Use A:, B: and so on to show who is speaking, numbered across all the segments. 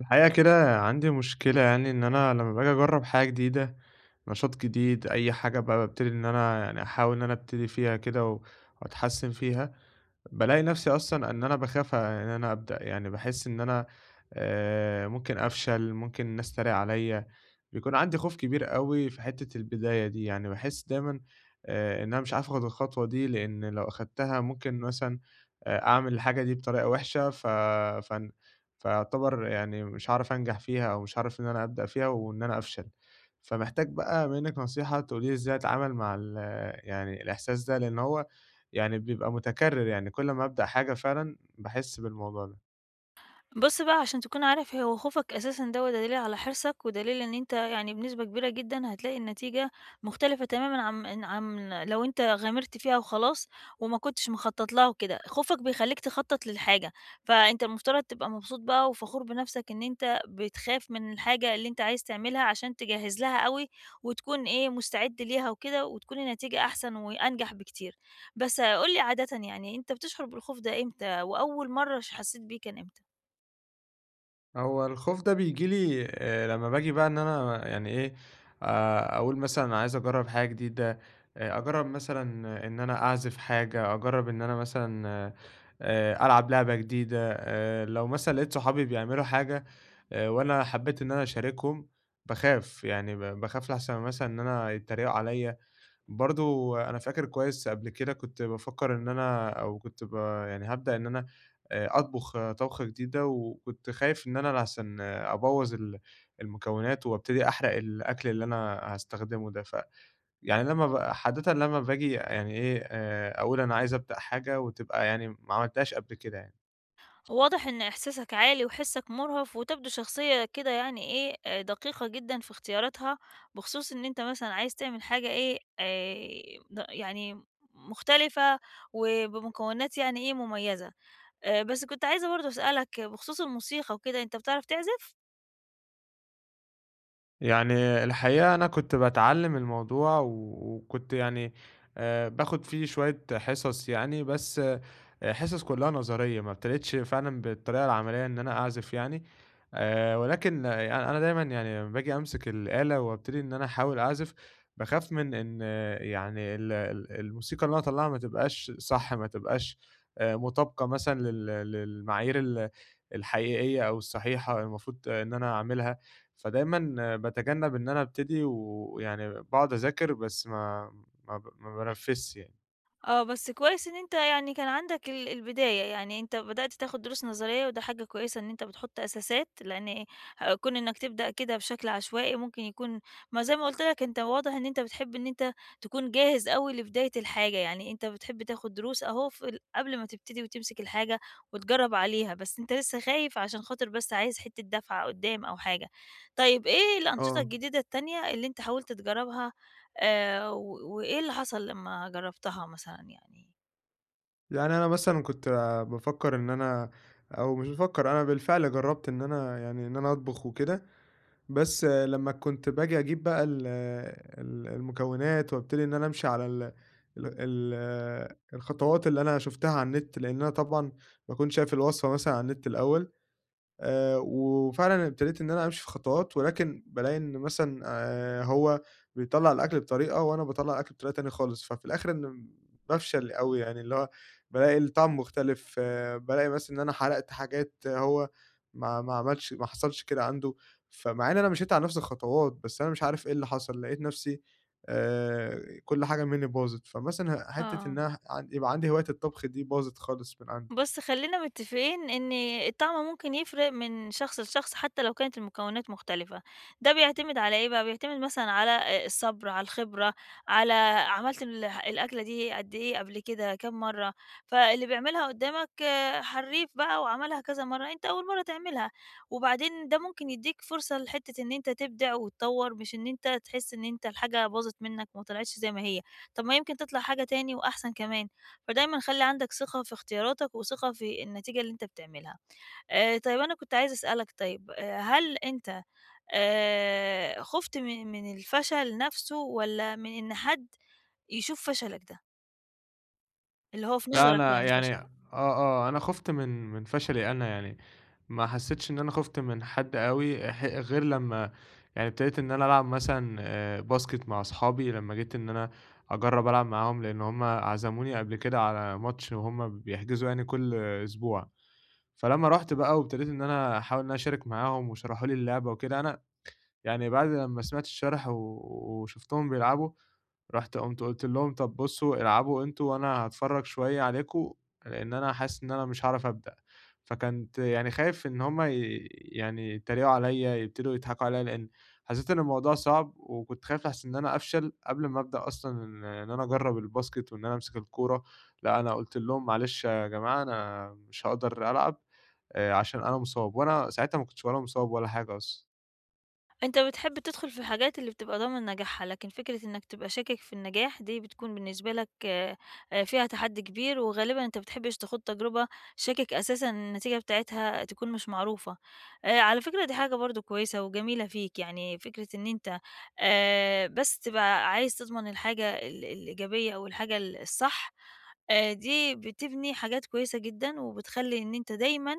A: الحقيقة كده عندي مشكلة يعني إن أنا لمّا باجي أجرّب حاجة جديدة، نشاط جديد، أي حاجة بقى بابتدي إن أنا يعني أحاول إن أنا أبتدي فيها كده وأتحسّن فيها، بالاقي نفسي أصلًا إن أنا باخاف إن أنا أبدأ، يعني باحس إن أنا ممكن أفشل، ممكن الناس تتريق عليّا، بيكون عندي خوف كبير أوي في حتّة البداية دي، يعني باحس دايمًا إن أنا مش عارف آخُد الخطوة دي، لإن لو أخدتها ممكن مثلًا أعمل الحاجة دي بطريقة وِحشة ف فن فيعتبر يعني مش هاعرف أنجح فيها أو مش هاعرف إن أنا أبدأ فيها وإن أنا أفشل. فمحتاج بقى منِّك نصيحة تقولي لي إزاي أتعامل مع ال يعني الإحساس ده، لإن هو يعني بيبقى متكرر، يعني كل ما أبدأ حاجة فعلًا باحس بالموضوع ده.
B: بُص بقى عشان تكون عارف هو خوفك أساسًا دوّة دليل على حرصك، ودليل إن أنت يعني بنسبة كبيرة جدًا هتلاقي النتيجة مختلفة تمامًا عن لو أنت غامرت فيها وخلاص، وما كنتش مخطط لها وكده، خوفك بيخلّيك تخطط للحاجة، فأنت المفترض تبقى مبسوط بقى وفخور بنفسك إن أنت بتخاف من الحاجة اللي أنت عايز تعملها عشان تجهّز لها أوي، وتكون إيه مستعد ليها وكده، وتكون النتيجة أحسن وأنجح بكتير. بس قُل لي عادةً يعني أنت بتشعر بالخوف ده إمتى، وأول مرة حسيت بيه كان إمتى؟
A: هو الخوف ده بييجي لي لمّا باجي بقى إن أنا يعني إيه، أقول مثلًا أنا عايز أجرّب حاجة جديدة، أجرّب مثلًا إن أنا أعزف حاجة، أجرّب إن أنا مثلًا ألعب لعبة جديدة، لو مثلًا لقيت صحابي بيعملوا حاجة، وأنا حبيت إن أنا أشاركهم. باخاف، يعني باخاف لأحسن مثلًا إن أنا يتريقوا عليَّ. برضه أنا فاكر كويس قبل كده كنت بافكّر إن أنا أو كنت ب يعني هابدأ إن أنا أطبخ آه، طبخة جديدة، وكنت خايف إن أنا لحسن آه، أبوّظ المكونات وابتدي أحرق الأكل اللي أنا هاستخدمه ده، يعني لمّا ب عادةً لمّا باجي يعني إيه، أقول أنا عايز أبدأ حاجة وتبقى يعني ما عملتهاش قبل كده يعني.
B: واضح إن إحساسك عالي وحسك مرهف وتبدو شخصية كده يعني إيه دقيقة جدا في اختياراتها بخصوص إن أنت مثلا عايز تعمل حاجة إيه يعني مختلفة وبمكونات يعني إيه مميزة. بس كنت عايزة برضه أسألك بخصوص الموسيقى وكده أنت بتعرف تعزف؟
A: يعني الحقيقة أنا كنت باتعلّم الموضوع وكنت يعني باخُد فيه شوية حِصَص يعني، بس حِصَص كُلّها نظرية، ما ابتديتش فعلًا بالطريقة العملية إن أنا أعزف يعني، ولكن أنا دايمًا يعني لمّا باجي أمسك الآلة وابتدي إن أنا أحاول أعزف، باخاف من إن آه، يعني ال ال الموسيقى اللي أنا أطلّعها ما تبقاش صح، ما تبقاش مطابقة مثلًا للمعايير الحقيقية أو الصحيحة المفروض آه، إن أنا أعملها. فدايمًا باتجنب إن أنا أبتدي ويعني باقعد أذاكر بس ما بانفذش يعني.
B: بس كويس إن أنت يعني كان عندك البداية، يعني أنت بدأت تاخد دروس نظرية وده حاجة كويسة إن أنت بتحط أساسات، لإن كون إنك تبدأ كده بشكل عشوائي ممكن يكون ما زي ما قُلت لك. أنت واضح إن أنت بتحب إن أنت تكون جاهز أوي لبداية الحاجة، يعني أنت بتحب تاخد دروس أهو في ال قبل ما تبتدي وتمسك الحاجة وتجرّب عليها، بس أنت لسه خايف عشان خاطر بس عايز حتّة دفعة قدّام أو حاجة. طيب إيه الأنشطة
A: آه،
B: الجديدة التانية اللي أنت حاولت تجرّبها، و وإيه اللي حصل لمّا جرّبتها مثلًا يعني؟
A: يعني أنا مثلًا كنت بافكر إن أنا، أو مش بافكر، أنا بالفعل جرّبت إن أنا يعني إن أنا أطبخ وكده، بس لمّا كنت باجي أجيب بقى ال ال المكونات وابتدي إن أنا أمشي على ال ال ال الخطوات اللي أنا شُفتها على النت، لإن أنا طبعًا باكون شايف الوصفة مثلًا على النت الأول. وفعلًا ابتديت إن أنا أمشي في خطوات، ولكن بالاقي إن مثلًا هو بيطلّع الأكل بطريقة وأنا باطلّع الأكل بطريقة تانية خالص، ففي الآخر إن بافشل أوي يعني، اللي هو بالاقي الطعم مختلف، بالاقي مثلًا إن أنا حرقت حاجات هو ما حصلش كده عنده، فمع إن أنا مشيت على نفس الخطوات، بس أنا مش عارف إيه اللي حصل، لقيت نفسي كل حاجة منّي باظت، فمثلًا حتّة إن
B: آه.
A: أنا يبقى عندي هواية الطبخ دي باظت خالص من عندي.
B: بُص، خلّينا متفقين إن الطعم ممكن يفرق من شخص لشخص حتى لو كانت المكونات مختلفة، ده بيعتمد على إيه بقى، بيعتمد مثلًا على الصبر، على الخبرة، على عملت الأكلة دي قد إيه قبل كده، كام مرّة، فاللي بيعملها قدّامك آه، حرّيف بقى وعملها كذا مرّة، أنت أول مرّة تعملها، وبعدين ده ممكن يدّيك فرصة لحتّة إن أنت تبدع وتطوّر، مش إن أنت تحس إن أنت الحاجة باظت منّك وما طلعتش زي ما هي، طب ما يمكن تطلع حاجة تاني وأحسن كمان. فدايمًا خلّي عندك ثقة في اختياراتك وثقة في النتيجة اللي أنت بتعملها. طيب أنا كنت عايزة أسألك، طيب، هل أنت خُفت من الفشل نَفْسه والّا من إن حد يشوف فشلك ده، اللي هو في
A: لأ،
B: نظرك
A: أنا
B: يعني
A: يعني
B: فشل؟
A: آه، آه، أنا خُفت من فشلي أنا يعني، ما حسّيتش إن أنا خُفت من حد أوي غير لمّا يعني ابتديت إن أنا ألعب مثلًا باسكت مع أصحابي، لمّا جيت إن أنا أجرّب ألعب معاهم، لإن هُم عزموني قبل كده على ماتش وهُم بيحجزوا يعني كل أسبوع، فلمّا رُحت بقى وابتديت إن أنا أحاول إن أنا أشارك معاهم وشرحوا لي اللعبة وكده، أنا يعني بعد لمّا سمعت الشرح وشُفتهم بيلعبوا، رُحت قُمت قُلت لهم: "طَب بُصّوا العبوا أنتم وأنا هاتفرّج شوية عليكم، لإن أنا حاسس إن أنا مش هاعرف أبدأ." فكنت يعني خايف إن هم يعني يتريقوا عليّا، يبتدوا يضحكوا عليّا، لإن حسيت إن الموضوع صعب وكنت خايف لأحسن إن أنا أفشل قبل ما أبدأ أصلًا إن أنا أجرّب الباسكت وإن أنا أمسك الكورة، لأ أنا قُلت لهم: "معلش يا جماعة أنا مش هاقدر ألعب عشان أنا مصاب." وأنا ساعتها ما كنتش ولا مصاب ولا حاجة أصلًا.
B: أنت بتحب تدخل في الحاجات اللي بتبقى ضامن نجاحها، لكن فكرة إنك تبقى شاكك في النجاح دي بتكون بالنسبة لك فيها تحدي كبير، وغالبًا أنت ما بتحبش تخوض تجربة شاكك أساسًا النتيجة بتاعتها تكون مش معروفة. على فكرة دي حاجة برضه كويسة وجميلة فيك، يعني فكرة إن أنت بس تبقى عايز تضمن الحاجة الإيجابية أو الحاجة الصح، دي بتبني حاجات كويسة جدًا، وبتخلي إن أنت دايمًا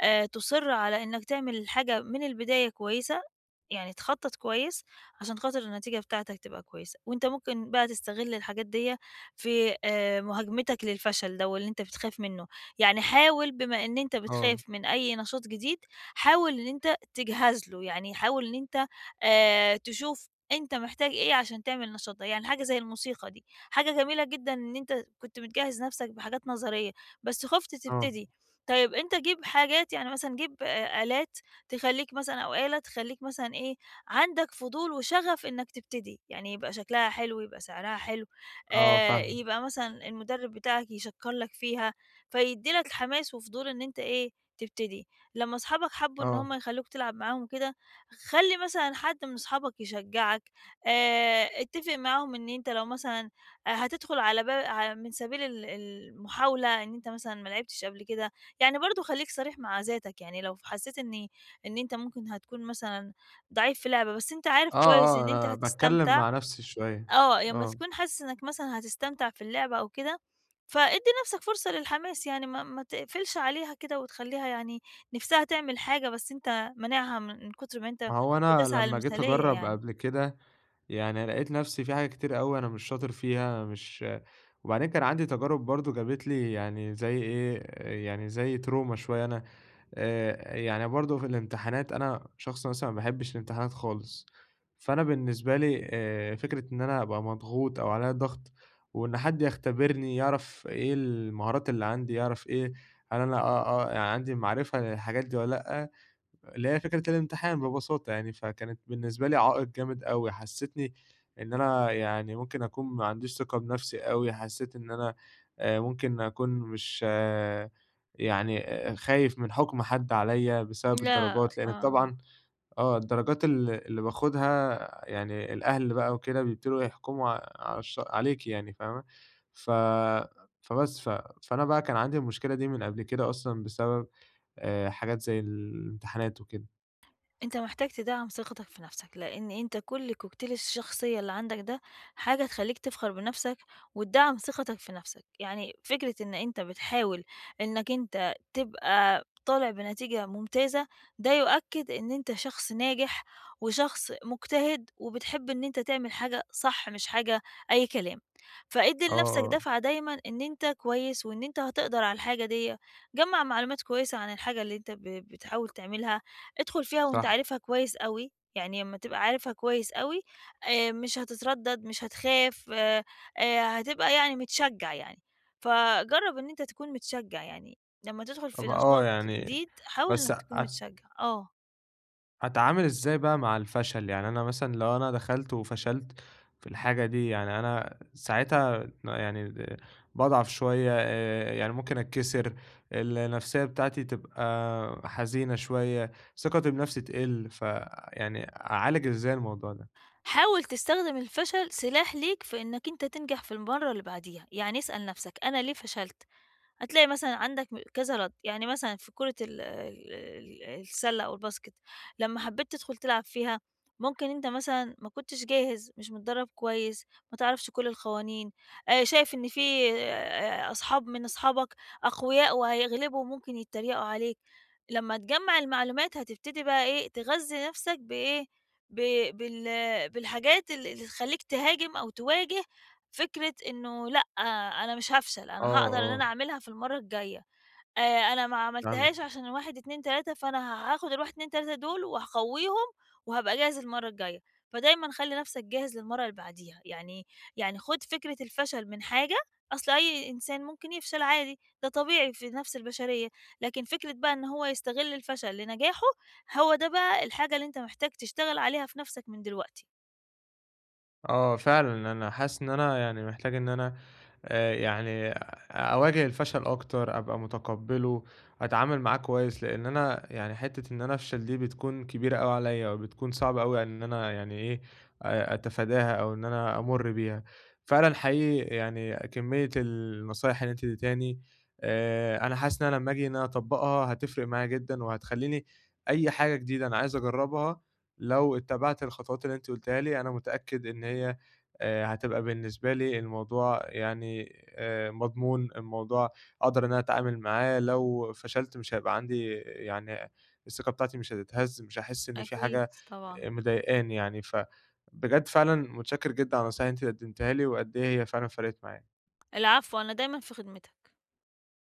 B: تُصِر على إنك تعمل الحاجة من البداية كويسة، يعني تخطّط كويس عشان خاطر النتيجة بتاعتك تبقى كويسة، وأنت ممكن بقى تستغل الحاجات ديّة في مهاجمتك للفشل ده واللي أنت بتخاف منّه، يعني حاول بما إن أنت
A: آه،
B: بتخاف من أي نشاط جديد، حاول إن أنت تجهز له، يعني حاول إن أنت تشوف أنت محتاج إيه عشان تعمل النشاط ده، يعني حاجة زي الموسيقى دي، حاجة جميلة جدًا إن أنت كنت بتجهّز نَفْسك بحاجات نظرية، بس خُفت
A: آه،
B: تبتدي. طيب أنت جيب حاجات يعني مثلًا جيب آلات تخلّيك مثلًا، أو آلة تخلّيك مثلًا إيه، عندك فضول وشغف إنّك تبتدي، يعني يبقى شكلها حلو، يبقى سعرها حلو،
A: آه فاهمك،
B: يبقى مثلًا المُدرِّب بتاعك يشكّر لك فيها، فيدّي لك حماس وفضول إن أنت إيه، تبتدي. لمّا أصحابك حبّوا إن هم
A: آه.
B: يخلّوك تلعب معاهم وكده، خلّي مثلًا حد من أصحابك يشجّعك، اتّفق معاهم إن أنت لو مثلًا هتدخُل على با ع من سبيل المحاولة، إن أنت مثلًا ما لعبتش قبل كده، يعني برضه خلّيك صريح مع ذاتك، يعني لو حسّيت إن أنت ممكن هتكون مثلًا ضعيف في لعبة، بس أنت عارف
A: آه،
B: كويس
A: آه،
B: إن أنت
A: أنا باتكلّم
B: هتستمتع.
A: مع نَفْسي شوية،
B: لمّا
A: آه،
B: تكون حاسس إنك مثلًا هتستمتع في اللعبة أو كده، فادّي نَفْسك فرصة للحماس، يعني ما تقفلش عليها كده وتخلّيها يعني نِفْسها تعمل حاجة، بس أنت مانعها من كتر ما أنت
A: ما هو أنا
B: بتسعى
A: لمّا جيت
B: للمثالية
A: أجرّب
B: يعني.
A: قبل كده يعني لقيت نفسي في حاجات كتير أوي أنا مش شاطر فيها، مش، وبعدين كان عندي تجارب برضه جابت لي يعني زي إيه، يعني زي تروما شوية. أنا يعني برضه في الامتحانات أنا شخص مثلًا ما باحبش الامتحانات خالص، فأنا بالنسبة لي فكرة إن أنا أبقى مضغوط أو عليّا ضغط وإن حد يختبرني يعرف إيه المهارات اللي عندي، يعرف إيه، هل أنا آه، آه، يعني عندي معرفة للحاجات دي والّا لأ؟ اللي هي فكرة الامتحان ببساطة يعني، فكانت بالنسبة لي عائق جامد أوي، حسّتني إن أنا يعني ممكن أكون ما عنديش ثقة بنفسي أوي، حسّيت إن أنا ممكن أكون مش آه، يعني خايف من حُكم حد عليّا بسبب
B: لا،
A: الدرجات، لإن
B: آه.
A: طبعًا آه، الدرجات اللي باخدها يعني الأهل بقى وكده بيبتدوا يحكموا ع على الش عليكِ يعني فاهمة، ف فبس ف فأنا بقى كان عندي المشكلة دي من قبل كده أصلًا بسبب حاجات زي الامتحانات وكده.
B: أنت محتاج تدعم ثقتك في نفسك، لإن أنت كل كوكتيل الشخصية اللي عندك ده حاجة تخلّيك تفخر بنفسك وتدعم ثقتك في نفسك، يعني فكرة إن أنت بتحاول إنك أنت تبقى طالع بنتيجة ممتازة، ده يؤكد إن أنت شخص ناجح وشخص مجتهد وبتحب إن أنت تعمل حاجة صح مش حاجة أي كلام، فادّي
A: آه،
B: لنفسك
A: آه،
B: دفعة دايمًا إن أنت كويس وإن أنت هتقدر على الحاجة ديّة، جمّع معلومات كويسة عن الحاجة اللي أنت بتحاول تعملها، ادخل فيها وأنت
A: صح.
B: عارفها كويس أوي، يعني أمّا تبقى عارفها كويس أوي، مش هتتردد، مش هتخاف، هتبقى يعني متشجّع يعني، فجرّب إن أنت تكون متشجّع يعني، لمّا تدخل في
A: طب آه،
B: نشاط
A: يعني
B: جديد حاول
A: بس
B: إنك تكون متشجّع.
A: أتعامل إزاي بقى مع الفشل؟ يعني أنا مثلًا لو أنا دخلت وفشلت في الحاجة دي، يعني أنا ساعتها يعني باضعف شوية، يعني ممكن أتكسر، النفسية بتاعتي تبقى حزينة شوية، ثقتي بنفسي تقِل، فيعني أعالج إزاي الموضوع ده؟
B: حاول تستخدم الفشل سلاح ليك في إنك أنت تنجح في المرّة اللي بعديها، يعني اسأل نفْسك أنا ليه فشلت؟ هتلاقي مثلًا عندك كذا رَد، يعني مثلًا في كورة ال ال ال السلة أو الباسكت، لمّا حبّيت تدخل تلعب فيها، ممكن أنت مثلًا ما كنتش جاهز، مش متدرّب كويس، ما تعرفش كل القوانين، شايف إن في أصحاب من أصحابك أقوياء وهيغلبوا وممكن يتّريقوا عليك. لمّا تجمّع المعلومات هتبتدي بقى إيه، تغذّي نَفْسك بإيه، ب بال بالحاجات ال اللي تخلّيك تهاجم أو تواجه فكرة إنه لأ، أنا مش هافشل، أنا
A: آه،
B: هاقدر إن
A: آه،
B: أنا أعملها في المَرّة الجاية. آآ أنا ما عملتهاش
A: فاهمِك.
B: عشان 1، 2، 3 فأنا هاخد ال1، 2، 3 دول وهاقويهم وهابقى جاهز المرّة الجاية، فدايمًا خلّي نفْسك جاهز للمرّة اللي بعديها، يعني خُد فكرة الفشل من حاجة، أصل أي إنسان ممكن يفشل عادي، ده طبيعي في نفْس البشرية، لكن فكرة بقى إن هو يستغل الفشل لنجاحه، هو ده بقى الحاجة اللي أنت محتاج تشتغل عليها في نفْسك من دلوقتي.
A: آه فعلًا، أنا حاسس إن أنا يعني محتاج إن أنا يعني أواجه الفشل أكتر، أبقى متقبّله، أتعامل معاه كويس، لإن أنا يعني حتّة إن أنا أفشل دي بتكون كبيرة أوي عليّا، وبتكون صعبة أوي إن أنا يعني إيه، أتفاداها أو إن أنا أمُر بيها. فعلًا حقيقي يعني كمية النصايح اللي أنتِ اديتيهاني، أنا حاسس إن أنا لمّا آجي إن أنا أطبّقها هتفرق معايا جدًا، وهتخلّيني أي حاجة جديدة أنا عايز أجرّبها لو اتبعت الخطوات اللي أنتِ قُلتيها لي، أنا متأكد إن هي هتبقى بالنسبة لي الموضوع يعني مضمون، الموضوع أقدر إن أنا أتعامل معاه، لو فشلت مش هيبقى عندي يعني، الثقة بتاعتي مش هتتهز، مش هاحس إن في
B: أكيد
A: حاجة
B: طبعًا.
A: مضايقاني يعني، فبجد فعلًا متشكر جدًا على النصايح اللي أنتِ قدمتيها لي، وقد إيه هي فعلًا فرقِت معايا.
B: العفو، أنا دايمًا في خدمتك.